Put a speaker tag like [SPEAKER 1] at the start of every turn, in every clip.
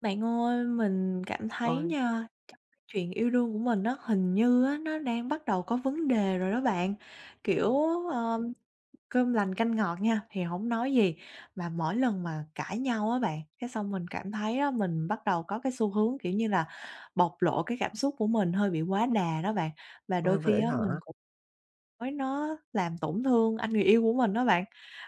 [SPEAKER 1] Bạn ơi, mình cảm thấy
[SPEAKER 2] Ôi,
[SPEAKER 1] nha, trong cái chuyện yêu đương của mình nó hình như á, nó đang bắt đầu có vấn đề rồi đó bạn. Kiểu,
[SPEAKER 2] ừm,
[SPEAKER 1] ờ cơm lành canh ngọt nha, thì không nói gì, mà mỗi lần mà cãi nhau á bạn, cái xong mình cảm thấy á, mình bắt đầu có cái xu hướng, kiểu như là, bộc lộ cái cảm xúc của mình hơi bị quá đà đó bạn. Và đôi
[SPEAKER 2] ôi,
[SPEAKER 1] khi
[SPEAKER 2] vậy
[SPEAKER 1] á, mình
[SPEAKER 2] hả?
[SPEAKER 1] cũng nói nó làm tổn thương anh người yêu của mình đó bạn.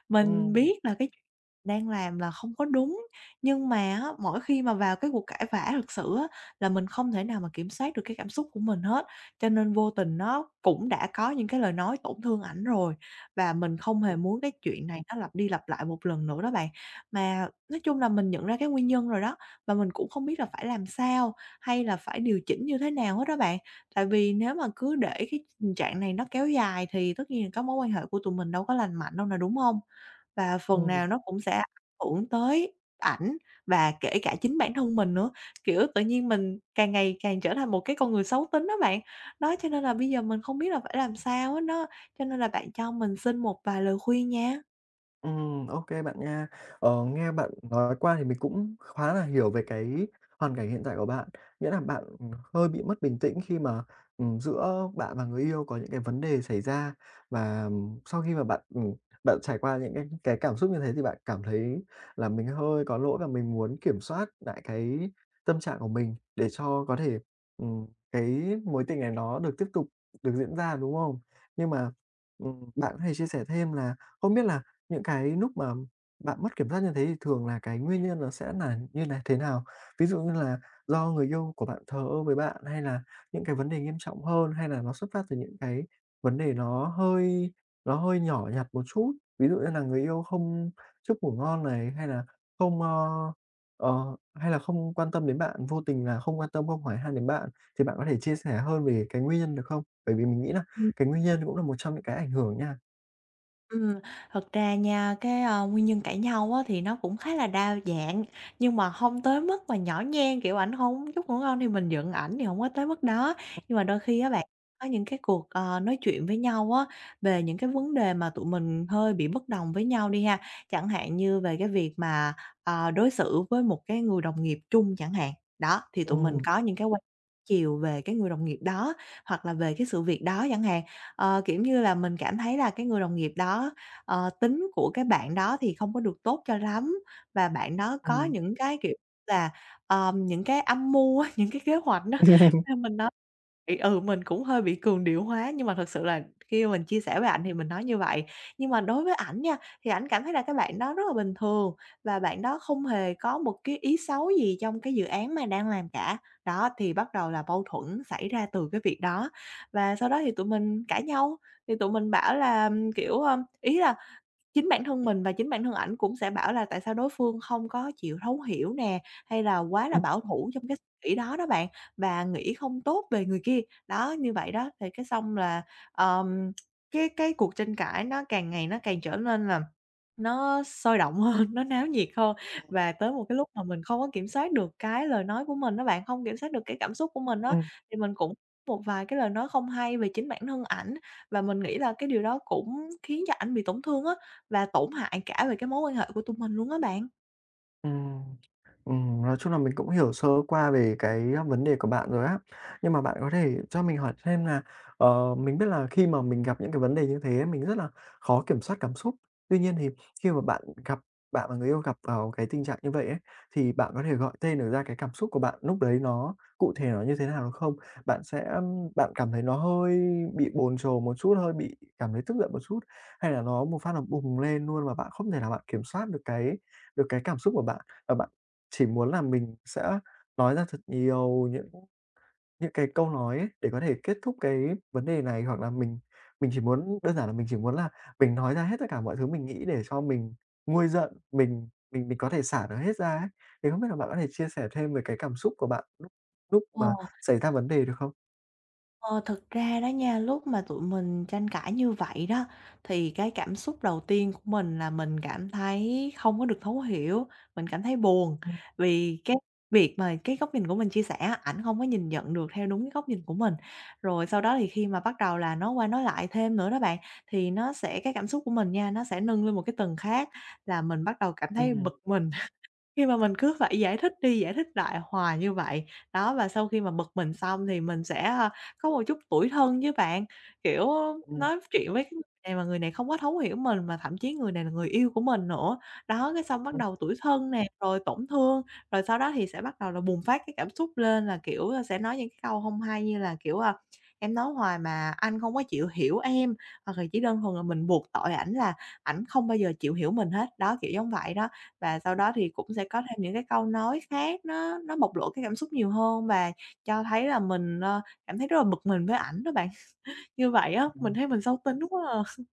[SPEAKER 1] Mình
[SPEAKER 2] Ừm,
[SPEAKER 1] biết là cái chuyện đang làm là không có đúng, nhưng mà á, mỗi khi mà vào cái cuộc cãi vã thực sự á, là mình không thể nào mà kiểm soát được cái cảm xúc của mình hết, cho nên vô tình nó cũng đã có những cái lời nói tổn thương ảnh rồi và mình không hề
[SPEAKER 2] ừm,
[SPEAKER 1] muốn cái chuyện này nó lặp đi lặp lại một lần nữa đó bạn. Mà nói chung là mình nhận ra cái nguyên nhân rồi đó, và mình cũng không biết là phải làm sao, hay là phải điều chỉnh như thế nào hết đó bạn. Tại vì nếu mà cứ để cái tình trạng này nó kéo dài thì tất nhiên là các mối quan hệ của tụi mình đâu có lành mạnh đâu nè, đúng không, và phần
[SPEAKER 2] ừm.
[SPEAKER 1] nào nó cũng sẽ ảnh hưởng tới ảnh và kể cả chính bản thân mình nữa, kiểu, tự nhiên mình càng ngày càng trở thành một cái con người xấu tính đó bạn. Đó, cho nên là bây giờ mình không biết là phải làm sao hết á, cho nên là bạn cho mình xin một vài lời khuyên nha.
[SPEAKER 2] Ok bạn nha. Ờ, nghe bạn nói qua thì mình cũng khá là hiểu về cái hoàn cảnh hiện tại của bạn. Nghĩa là bạn, hơi bị mất bình tĩnh khi mà, giữa bạn và người yêu có những cái vấn đề xảy ra và, sau khi mà bạn trải qua những cái cảm xúc như thế thì bạn cảm thấy là mình hơi có lỗi và mình muốn kiểm soát lại cái tâm trạng của mình để cho có thể, cái mối tình này nó được tiếp tục được diễn ra, đúng không? Nhưng mà, bạn có thể chia sẻ thêm là không biết là những cái lúc mà bạn mất kiểm soát như thế thì thường là cái nguyên nhân nó sẽ là như này thế nào? Ví dụ như là do người yêu của bạn thờ ơ với bạn, hay là những cái vấn đề nghiêm trọng hơn, hay là nó xuất phát từ những cái vấn đề nó hơi nhỏ nhặt một chút? Ví dụ như là người yêu không chúc ngủ ngon này, hay là không, hay là không quan tâm đến bạn, vô tình là không quan tâm, không hỏi han đến bạn, thì bạn có thể chia sẻ hơn về cái nguyên nhân được không? Bởi vì mình nghĩ là cái nguyên nhân cũng là một trong những cái ảnh hưởng nha.
[SPEAKER 1] Ừm, thật ra nha, cái, nguyên nhân cãi nhau á thì nó cũng khá là đa dạng, nhưng mà không tới mức mà nhỏ nhen, kiểu, ảnh không chút ngủ ngon thì mình giận ảnh thì không có tới mức đó. Nhưng mà đôi khi á bạn, có những cái cuộc, nói chuyện với nhau á, về những cái vấn đề mà tụi mình hơi bị bất đồng với nhau đi ha, chẳng hạn như về cái việc mà, đối xử với một cái người đồng nghiệp chung chẳng hạn. Đó, thì tụi mình
[SPEAKER 2] Ừm,
[SPEAKER 1] có những cái quan chiều về cái người đồng nghiệp đó, hoặc là về cái sự việc đó chẳng hạn. Kiểu như là, mình cảm thấy là cái người đồng nghiệp đó, tính của cái bạn đó thì không có được tốt cho lắm và bạn đó có
[SPEAKER 2] ừm.
[SPEAKER 1] những cái, kiểu là, những cái âm mưu á, những cái kế hoạch á, nên mình nói thì, mình cũng hơi bị cường điệu hóa, nhưng mà thật sự là khi mình chia sẻ với ảnh thì mình nói như vậy. Nhưng mà đối với ảnh nha, thì ảnh cảm thấy là cái bạn đó rất là bình thường và bạn đó không hề có một cái ý xấu gì trong cái dự án mà đang làm cả. Đó, thì bắt đầu là mâu thuẫn xảy ra từ cái việc đó. Và sau đó thì tụi mình cãi nhau, thì tụi mình bảo là, kiểu, ý là chính bản thân mình và chính bản thân ảnh cũng sẽ bảo là tại sao đối phương không có chịu thấu hiểu nè, hay là quá là
[SPEAKER 2] Ừm,
[SPEAKER 1] bảo thủ trong cái suy nghĩ đó đó bạn, và nghĩ không tốt về người kia. Đó, như vậy đó, thì cái xong là, ờm, cái cuộc tranh cãi nó càng ngày nó càng trở nên là nó sôi động hơn, nó náo nhiệt hơn và tới một cái lúc mà mình không có kiểm soát được cái lời nói của mình á bạn, không kiểm soát được cái cảm xúc của mình á,
[SPEAKER 2] ừm,
[SPEAKER 1] thì mình cũng một vài cái lời nói không hay về chính bản thân ảnh và mình nghĩ là cái điều đó cũng khiến cho ảnh bị tổn thương á, và tổn hại cả về cái mối quan hệ của tụi mình luôn á bạn.
[SPEAKER 2] ừm. Nói chung là mình cũng hiểu sơ qua về cái, vấn đề của bạn rồi á. Nhưng mà bạn có thể cho mình hỏi thêm là, mình biết là khi mà mình gặp những cái vấn đề như thế mình rất là khó kiểm soát cảm xúc. Tuy nhiên thì khi mà bạn và người yêu gặp vào cái tình trạng như vậy ấy, thì bạn có thể gọi tên được ra cái cảm xúc của bạn lúc đấy nó cụ thể nó như thế nào được không? Bạn bạn cảm thấy nó hơi bị bồn chồn một chút, hơi bị cảm thấy tức giận một chút, hay là nó một phát là bùng lên luôn mà bạn không thể nào bạn kiểm soát được cái cảm xúc của bạn, và bạn chỉ muốn là mình sẽ nói ra thật nhiều những cái câu nói ấy, để có thể kết thúc cái vấn đề này, hoặc là mình chỉ muốn đơn giản là mình chỉ muốn là mình nói ra hết tất cả mọi thứ mình nghĩ để cho mình nguôi giận, mình có thể xả nó hết ra ấy. Thì không biết là bạn có thể chia sẻ thêm về cái cảm xúc của bạn lúc lúc
[SPEAKER 1] Ờ.
[SPEAKER 2] mà xảy ra vấn đề được không?
[SPEAKER 1] Ờ, thực ra đó nha, lúc mà tụi mình tranh cãi như vậy đó, thì cái cảm xúc đầu tiên của mình là mình cảm thấy không có được thấu hiểu, mình cảm thấy buồn. Vì cái việc mà cái góc nhìn của mình chia sẻ á, ảnh không có nhìn nhận được theo đúng cái góc nhìn của mình. Rồi sau đó thì khi mà bắt đầu là nói qua nói lại thêm nữa đó bạn, thì nó sẽ cái cảm xúc của mình nha, nó sẽ nâng lên một cái tầng khác là mình bắt đầu cảm
[SPEAKER 2] Ừm,
[SPEAKER 1] thấy
[SPEAKER 2] ừm,
[SPEAKER 1] bực mình khi mà mình cứ phải giải thích đi giải thích lại hoài như vậy, đó, và sau khi mà bực mình xong thì mình sẽ, có một chút tủi thân với bạn. Kiểu,
[SPEAKER 2] ừm.
[SPEAKER 1] nói chuyện với cái người này mà người này không có thấu hiểu mình, mà thậm chí người này là người yêu của mình nữa. Đó, cái xong bắt đầu tủi thân nè, rồi tổn thương, rồi sau đó thì sẽ bắt đầu là bùng phát cái cảm xúc lên là, kiểu, sẽ nói những cái câu không hay như là, kiểu, "Em nói hoài mà anh không có chịu hiểu em", hoặc là chỉ đơn thuần là mình buộc tội ảnh là ảnh không bao giờ chịu hiểu mình hết, đó, kiểu giống vậy đó. Và sau đó thì cũng sẽ có thêm những cái câu nói khác nó bộc lộ cái cảm xúc nhiều hơn và cho thấy là mình, cảm thấy rất là bực mình với ảnh đó bạn. Như vậy á, mình thấy mình sâu tính quá à.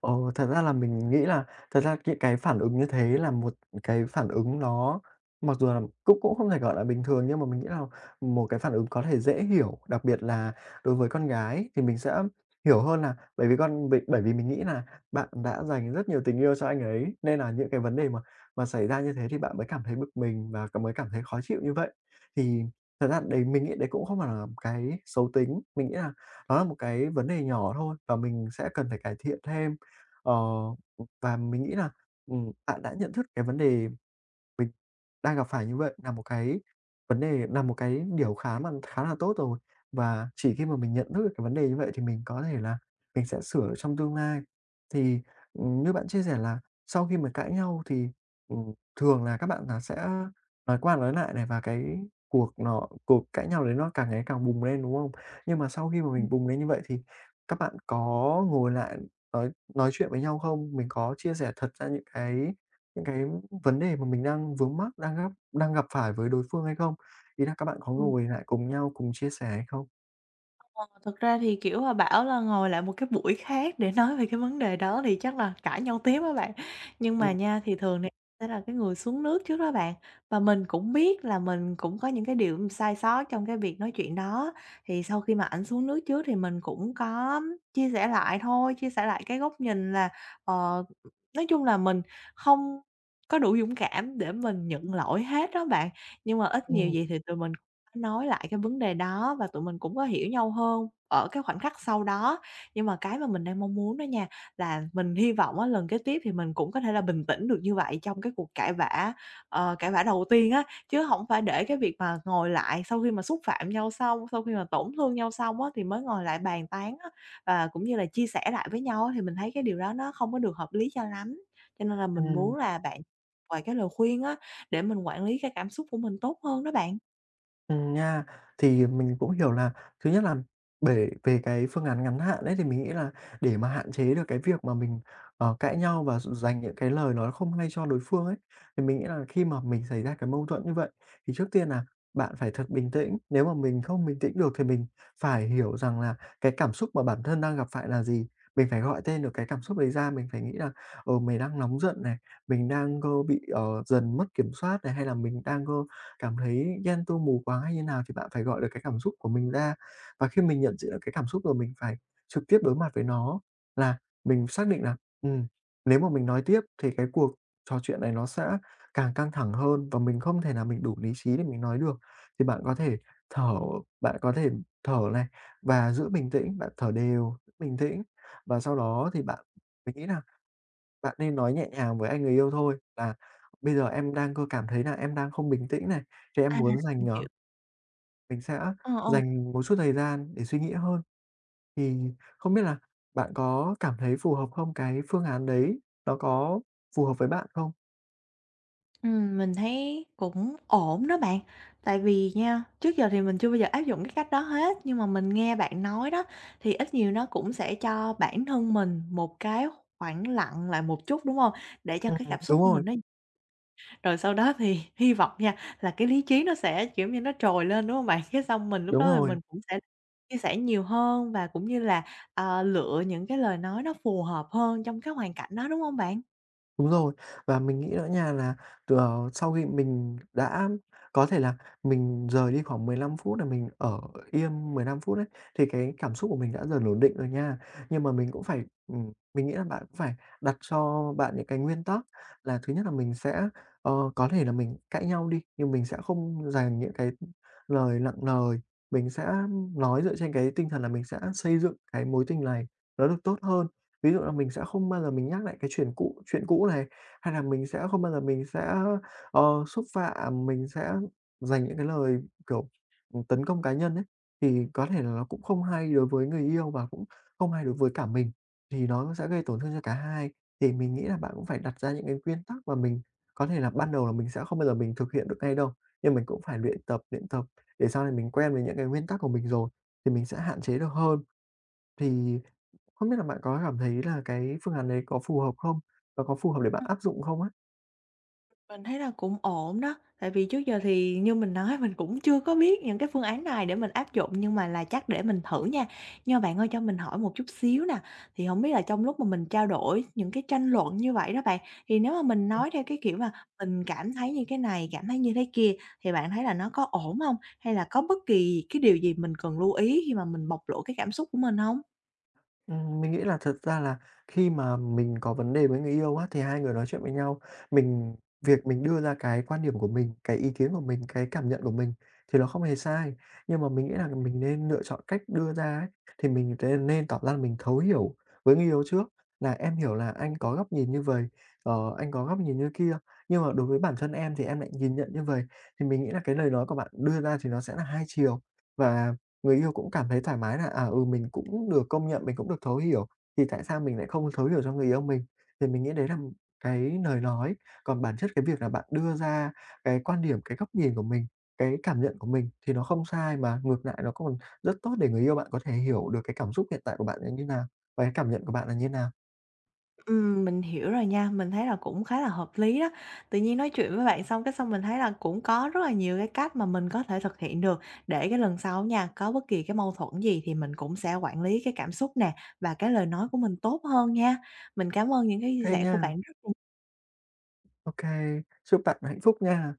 [SPEAKER 2] Ồ, thật ra là mình nghĩ là thật ra những cái phản ứng như thế là một cái phản ứng nó mặc dù là cũng cũng không thể gọi là bình thường nhưng mà mình nghĩ là một cái phản ứng có thể dễ hiểu, đặc biệt là đối với con gái thì mình sẽ hiểu hơn là bởi vì mình nghĩ là bạn đã dành rất nhiều tình yêu cho anh ấy, nên là những cái vấn đề mà xảy ra như thế thì bạn mới cảm thấy bực mình và mới cảm thấy khó chịu như vậy. Thì thật ra đấy mình nghĩ đấy cũng không phải là một cái xấu tính, mình nghĩ là nó là một cái vấn đề nhỏ thôi và mình sẽ cần phải cải thiện thêm. Ờ, và mình nghĩ là, bạn đã nhận thức cái vấn đề mình đang gặp phải như vậy là một cái điều khá là tốt rồi. Và chỉ khi mà mình nhận thức được cái vấn đề như vậy thì mình có thể là mình sẽ sửa trong tương lai. Thì, như bạn chia sẻ là sau khi mà cãi nhau thì, ừm, thường là các bạn là sẽ nói qua nói lại này, và cái cuộc cãi nhau đấy nó càng ngày càng bùng lên, đúng không? Nhưng mà sau khi mà
[SPEAKER 1] Ừm,
[SPEAKER 2] mình bùng lên như vậy thì các bạn có ngồi lại nói chuyện với nhau không? Mình có chia sẻ thật ra những cái những cái vấn đề mà mình đang vướng mắc, đang gặp phải với đối phương hay không? Ý là các bạn có
[SPEAKER 1] ừ.
[SPEAKER 2] ngồi lại cùng nhau cùng chia sẻ hay không?
[SPEAKER 1] Thực ra thì, kiểu, là bảo là ngồi lại một cái buổi khác để nói về cái vấn đề đó thì chắc là cãi nhau tiếp á bạn. Nhưng mà
[SPEAKER 2] Ừm.
[SPEAKER 1] nha, thì thường thì sẽ là cái người xuống nước trước đó bạn, và mình cũng biết là mình cũng có những cái điều sai sót trong cái việc nói chuyện đó. Thì sau khi mà ảnh xuống nước trước thì mình cũng có chia sẻ lại thôi, chia sẻ lại cái góc nhìn là, ờ, nói chung là mình không có đủ dũng cảm để mình nhận lỗi hết đó bạn, nhưng mà ít nhiều
[SPEAKER 2] Ừm,
[SPEAKER 1] gì thì tụi mình nói lại cái vấn đề đó và tụi mình cũng có hiểu nhau hơn ở cái khoảnh khắc sau đó. Nhưng mà cái mà mình đang mong muốn đó nha, là mình hy vọng á, lần kế tiếp thì mình cũng có thể là bình tĩnh được như vậy trong cái cuộc cãi vã, cãi vã đầu tiên á, chứ không phải để cái việc mà ngồi lại sau khi mà xúc phạm nhau xong, sau khi mà tổn thương nhau xong á, thì mới ngồi lại bàn tán á, và cũng như là chia sẻ lại với nhau á, thì mình thấy cái điều đó nó không có được hợp lý cho lắm. Cho nên là mình
[SPEAKER 2] ừm.
[SPEAKER 1] muốn là bạn vài cái lời khuyên á, để mình quản lý cái cảm xúc của mình tốt hơn đó bạn.
[SPEAKER 2] Nha. Thì mình cũng hiểu là thứ nhất là bể về cái phương án ngắn hạn đấy thì mình nghĩ là để mà hạn chế được cái việc mà mình, cãi nhau và dành những cái lời nói không hay cho đối phương ấy, thì mình nghĩ là khi mà mình xảy ra cái mâu thuẫn như vậy, thì trước tiên là bạn phải thật bình tĩnh. Nếu mà mình không bình tĩnh được thì mình phải hiểu rằng là cái cảm xúc mà bản thân đang gặp phải là gì. Mình phải gọi tên được cái cảm xúc đấy ra, mình phải nghĩ là, mình đang nóng giận này, mình đang, bị, dần mất kiểm soát này, hay là mình đang, cảm thấy ghen tuông mù quáng hay như nào thì bạn phải gọi được cái cảm xúc của mình ra. Và khi mình nhận diện được cái cảm xúc rồi mình phải trực tiếp đối mặt với nó, là mình xác định là, ừm, nếu mà mình nói tiếp thì cái cuộc trò chuyện này nó sẽ càng căng thẳng hơn và mình không thể nào mình đủ lý trí để mình nói được. Thì bạn có thể thở, bạn có thể thở này và giữ bình tĩnh, bạn thở đều, bình tĩnh và sau đó thì bạn mình nghĩ là bạn nên nói nhẹ nhàng với anh người yêu thôi là "Bây giờ em đang cảm thấy là em đang không bình tĩnh này, thì em
[SPEAKER 1] À,
[SPEAKER 2] muốn dành,
[SPEAKER 1] mình hiểu.
[SPEAKER 2] ờ mình sẽ
[SPEAKER 1] Ờ, ờ,
[SPEAKER 2] dành một chút thời gian để suy nghĩ hơn." Thì không biết là bạn có cảm thấy phù hợp không? Cái phương án đấy nó có phù hợp với bạn không?
[SPEAKER 1] mình thấy cũng ổn đó bạn. Tại vì nha, trước giờ thì mình chưa bao giờ áp dụng cái cách đó hết, nhưng mà mình nghe bạn nói đó, thì ít nhiều nó cũng sẽ cho bản thân mình một cái khoảng lặng lại một chút, đúng không? Để cho cái
[SPEAKER 2] Ừm.
[SPEAKER 1] cảm xúc
[SPEAKER 2] Đúng
[SPEAKER 1] của
[SPEAKER 2] rồi,
[SPEAKER 1] mình nó rồi sau đó thì hy vọng nha, là cái lý trí nó sẽ, kiểu như, nó trồi lên, đúng không bạn? Cái xong mình lúc
[SPEAKER 2] đúng
[SPEAKER 1] đó thì
[SPEAKER 2] rồi.
[SPEAKER 1] mình cũng sẽ chia sẻ nhiều hơn và cũng như là, lựa những cái lời nói nó phù hợp hơn trong cái hoàn cảnh đó, đúng không bạn?
[SPEAKER 2] Đúng rồi, và mình nghĩ nữa nha là, sau khi mình đã có thể là mình rời đi khoảng 15 phút là mình ở yên 15 phút đấy thì cái cảm xúc của mình đã dần ổn định rồi nha. Nhưng mà mình nghĩ là bạn cũng phải đặt cho bạn những cái nguyên tắc là thứ nhất là mình sẽ, có thể là mình cãi nhau đi, nhưng mình sẽ không dành những cái lời nặng lời, mình sẽ nói dựa trên cái tinh thần là mình sẽ xây dựng cái mối tình này nó được tốt hơn. Ví dụ là mình sẽ không bao giờ mình nhắc lại cái chuyện cũ này, hay là mình sẽ không bao giờ xúc phạm, mình sẽ dành những cái lời, kiểu, tấn công cá nhân ấy, thì có thể là nó cũng không hay đối với người yêu và cũng không hay đối với cả mình, thì nó sẽ gây tổn thương cho cả hai. Thì mình nghĩ là bạn cũng phải đặt ra những cái nguyên tắc mà mình có thể là ban đầu là mình sẽ không bao giờ mình thực hiện được ngay đâu, nhưng mình cũng phải luyện tập để sau này mình quen với những cái nguyên tắc của mình rồi thì mình sẽ hạn chế được hơn. Thì không biết là bạn có cảm thấy là cái phương án đấy có phù hợp không? Và có phù hợp để bạn áp dụng không á?
[SPEAKER 1] Mình thấy là cũng ổn đó, tại vì trước giờ thì như mình nói mình cũng chưa có biết những cái phương án này để mình áp dụng, nhưng mà là chắc để mình thử nha. Nhưng mà bạn ơi cho mình hỏi một chút xíu nè, thì không biết là trong lúc mà mình trao đổi những cái tranh luận như vậy đó bạn, thì nếu mà mình nói theo cái kiểu mà mình cảm thấy như cái này, cảm thấy như thế kia, thì bạn thấy là nó có ổn không? Hay là có bất kỳ cái điều gì mình cần lưu ý khi mà mình bộc lộ cái cảm xúc của mình không?
[SPEAKER 2] Mình nghĩ là thật ra là khi mà mình có vấn đề với người yêu á, thì hai người nói chuyện với nhau, mình việc mình đưa ra cái quan điểm của mình, cái ý kiến của mình, cái cảm nhận của mình thì nó không hề sai. Nhưng mà mình nghĩ là mình nên lựa chọn cách đưa ra ấy, thì mình nên tỏ ra là mình thấu hiểu với người yêu trước, là "Em hiểu là anh có góc nhìn như vầy, anh có góc nhìn như kia, nhưng mà đối với bản thân em thì em lại nhìn nhận như vầy." Thì mình nghĩ là cái lời nói của bạn đưa ra thì nó sẽ là hai chiều và người yêu cũng cảm thấy thoải mái là, à, ừ, mình cũng được công nhận, mình cũng được thấu hiểu, thì tại sao mình lại không thấu hiểu cho người yêu mình? Thì mình nghĩ đấy là một cái lời nói, còn bản chất cái việc là bạn đưa ra cái quan điểm, cái góc nhìn của mình, cái cảm nhận của mình thì nó không sai, mà ngược lại nó còn rất tốt để người yêu bạn có thể hiểu được cái cảm xúc hiện tại của bạn là như nào và cái cảm nhận của bạn là như nào.
[SPEAKER 1] Mình hiểu rồi nha, mình thấy là cũng khá là hợp lý đó. Tự nhiên nói chuyện với bạn xong cái xong mình thấy là cũng có rất là nhiều cái cách mà mình có thể thực hiện được để cái lần sau nha, có bất kỳ cái mâu thuẫn gì thì mình cũng sẽ quản lý cái cảm xúc nè và cái lời nói của mình tốt hơn nha. Mình cảm ơn những cái
[SPEAKER 2] Ok
[SPEAKER 1] chia sẻ của
[SPEAKER 2] nha,
[SPEAKER 1] bạn rất là
[SPEAKER 2] ok chúc bạn hạnh phúc nha.